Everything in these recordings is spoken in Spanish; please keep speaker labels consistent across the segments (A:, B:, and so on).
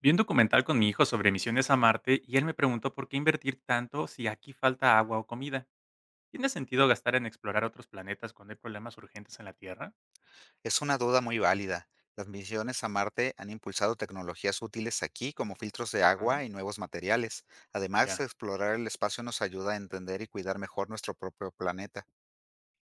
A: Vi un documental con mi hijo sobre misiones a Marte y él me preguntó por qué invertir tanto si aquí falta agua o comida. ¿Tiene sentido gastar en explorar otros planetas cuando hay problemas urgentes en la Tierra?
B: Es una duda muy válida. Las misiones a Marte han impulsado tecnologías útiles aquí, como filtros de
A: Ajá,
B: agua y nuevos materiales. Además,
A: ya.
B: explorar el espacio nos ayuda a entender y cuidar mejor nuestro propio planeta.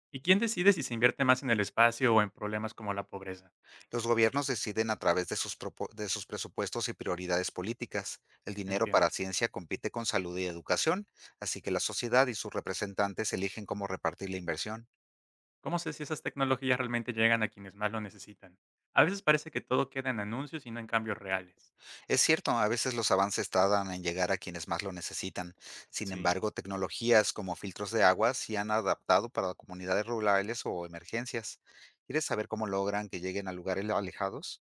A: ¿Y quién decide si se invierte más en el espacio o en problemas como la pobreza?
B: Los gobiernos deciden a través de de sus presupuestos y prioridades políticas. El dinero para
A: Entiendo.
B: ciencia compite con salud y educación, así que la sociedad y sus representantes eligen cómo repartir la inversión.
A: ¿Cómo sé si esas tecnologías realmente llegan a quienes más lo necesitan? A veces parece que todo queda en anuncios y no en cambios reales.
B: Es cierto, a veces los avances tardan en llegar a quienes más lo necesitan. Sin
A: Sí,
B: embargo, tecnologías como filtros de agua se han adaptado para comunidades rurales o emergencias. ¿Quieres saber cómo logran que lleguen a lugares alejados?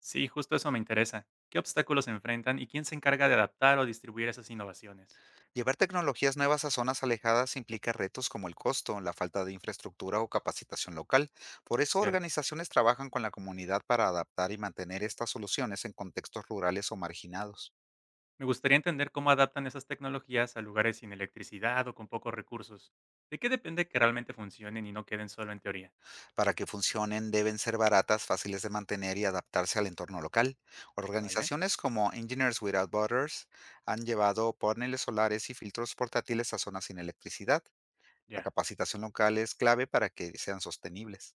A: sí, justo eso me interesa. ¿Qué obstáculos se enfrentan y quién se encarga de adaptar o distribuir esas innovaciones?
B: Llevar tecnologías nuevas a zonas alejadas implica retos como el costo, la falta de infraestructura o capacitación local. Por eso,
A: ¿Cierto?
B: organizaciones trabajan con la comunidad para adaptar y mantener estas soluciones en contextos rurales o marginados.
A: Me gustaría entender cómo adaptan esas tecnologías a lugares sin electricidad o con pocos recursos. ¿De qué depende que realmente funcionen y no queden solo en teoría?
B: Para que funcionen deben ser baratas, fáciles de mantener y adaptarse al entorno local.
A: ¿Vale?
B: Organizaciones como Engineers Without Borders han llevado paneles solares y filtros portátiles a zonas sin electricidad. La
A: Ya.
B: capacitación local es clave para que sean sostenibles.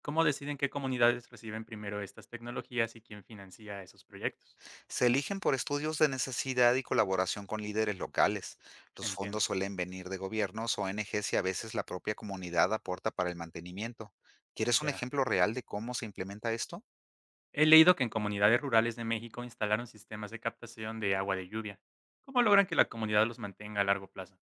A: ¿Cómo deciden qué comunidades reciben primero estas tecnologías y quién financia esos proyectos?
B: Se eligen por estudios de necesidad y colaboración con líderes locales. Los fondos
A: Entiendo.
B: suelen venir de gobiernos, o ONGs y a veces la propia comunidad aporta para el mantenimiento. ¿Quieres un
A: Ya.
B: ejemplo real de cómo se implementa esto?
A: He leído que en comunidades rurales de México instalaron sistemas de captación de agua de lluvia. ¿Cómo logran que la comunidad los mantenga a largo plazo?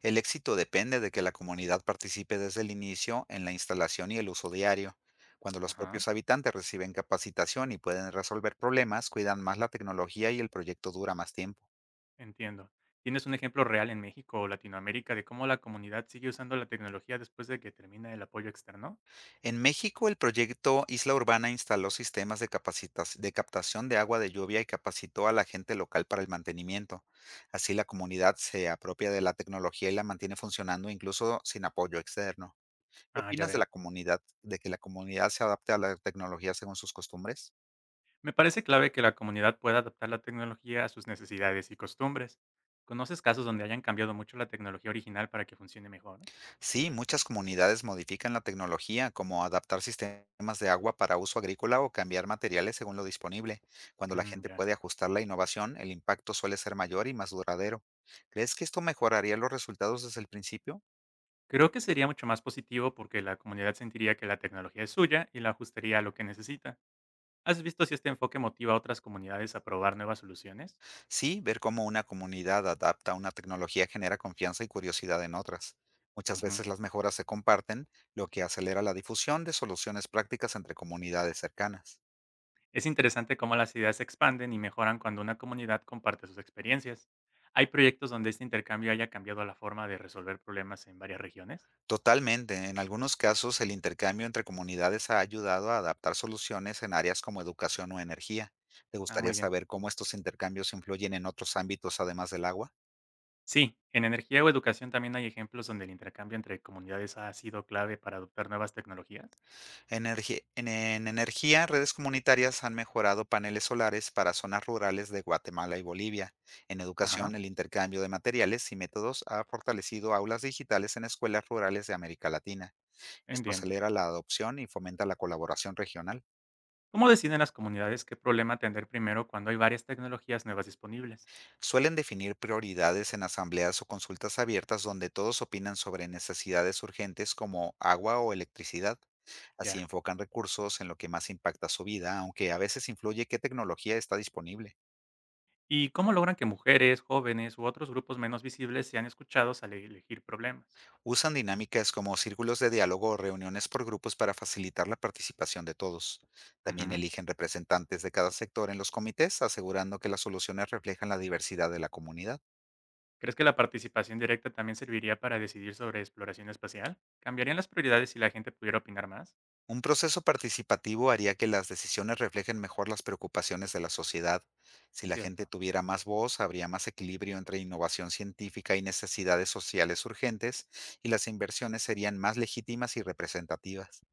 B: El éxito depende de que la comunidad participe desde el inicio en la instalación y el uso diario. Cuando los
A: Ajá,
B: propios habitantes reciben capacitación y pueden resolver problemas, cuidan más la tecnología y el proyecto dura más tiempo.
A: entiendo. ¿Tienes un ejemplo real en México o Latinoamérica de cómo la comunidad sigue usando la tecnología después de que termina el apoyo externo?
B: En México, el proyecto Isla Urbana instaló sistemas de, de captación de agua de lluvia y capacitó a la gente local para el mantenimiento. Así la comunidad se apropia de la tecnología y la mantiene funcionando incluso sin apoyo externo. ¿Qué
A: Ah, ya
B: opinas de la
A: veo.
B: comunidad, de que la comunidad se adapte a la tecnología según sus costumbres?
A: Me parece clave que la comunidad pueda adaptar la tecnología a sus necesidades y costumbres. ¿Conoces casos donde hayan cambiado mucho la tecnología original para que funcione mejor?
B: Sí, muchas comunidades modifican la tecnología, como adaptar sistemas de agua para uso agrícola o cambiar materiales según lo disponible. Cuando la
A: Mm,
B: gente
A: ya.
B: puede ajustar la innovación, el impacto suele ser mayor y más duradero. ¿Crees que esto mejoraría los resultados desde el principio?
A: Creo que sería mucho más positivo porque la comunidad sentiría que la tecnología es suya y la ajustaría a lo que necesita. ¿Has visto si este enfoque motiva a otras comunidades a probar nuevas soluciones?
B: Sí, ver cómo una comunidad adapta una tecnología genera confianza y curiosidad en otras. Muchas
A: Ujú.
B: veces las mejoras se comparten, lo que acelera la difusión de soluciones prácticas entre comunidades cercanas.
A: Es interesante cómo las ideas se expanden y mejoran cuando una comunidad comparte sus experiencias. ¿Hay proyectos donde este intercambio haya cambiado la forma de resolver problemas en varias regiones?
B: Totalmente. En algunos casos, el intercambio entre comunidades ha ayudado a adaptar soluciones en áreas como educación o energía. ¿Te
A: Ah,
B: gustaría
A: muy bien.
B: saber cómo estos intercambios influyen en otros ámbitos además del agua?
A: Sí, en energía o educación también hay ejemplos donde el intercambio entre comunidades ha sido clave para adoptar nuevas tecnologías.
B: En energía, redes comunitarias han mejorado paneles solares para zonas rurales de Guatemala y Bolivia. En
A: Ajá,
B: educación, el intercambio de materiales y métodos ha fortalecido aulas digitales en escuelas rurales de América Latina. Esto
A: entiendo.
B: acelera la adopción y fomenta la colaboración regional.
A: ¿Cómo deciden las comunidades qué problema atender primero cuando hay varias tecnologías nuevas disponibles?
B: Suelen definir prioridades en asambleas o consultas abiertas donde todos opinan sobre necesidades urgentes como agua o electricidad. Así
A: Ya.
B: enfocan recursos en lo que más impacta su vida, aunque a veces influye qué tecnología está disponible.
A: ¿Y cómo logran que mujeres, jóvenes u otros grupos menos visibles sean escuchados al elegir problemas?
B: Usan dinámicas como círculos de diálogo o reuniones por grupos para facilitar la participación de todos. También
A: Ujú.
B: eligen representantes de cada sector en los comités, asegurando que las soluciones reflejan la diversidad de la comunidad.
A: ¿Crees que la participación directa también serviría para decidir sobre exploración espacial? ¿Cambiarían las prioridades si la gente pudiera opinar más?
B: Un proceso participativo haría que las decisiones reflejen mejor las preocupaciones de la sociedad. Si la gente
A: Cierto,
B: tuviera más voz, habría más equilibrio entre innovación científica y necesidades sociales urgentes, y las inversiones serían más legítimas y representativas.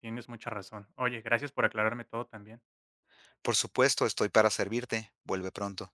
A: tienes mucha razón. Oye, gracias por aclararme todo también.
B: Por supuesto, estoy para servirte. Vuelve pronto.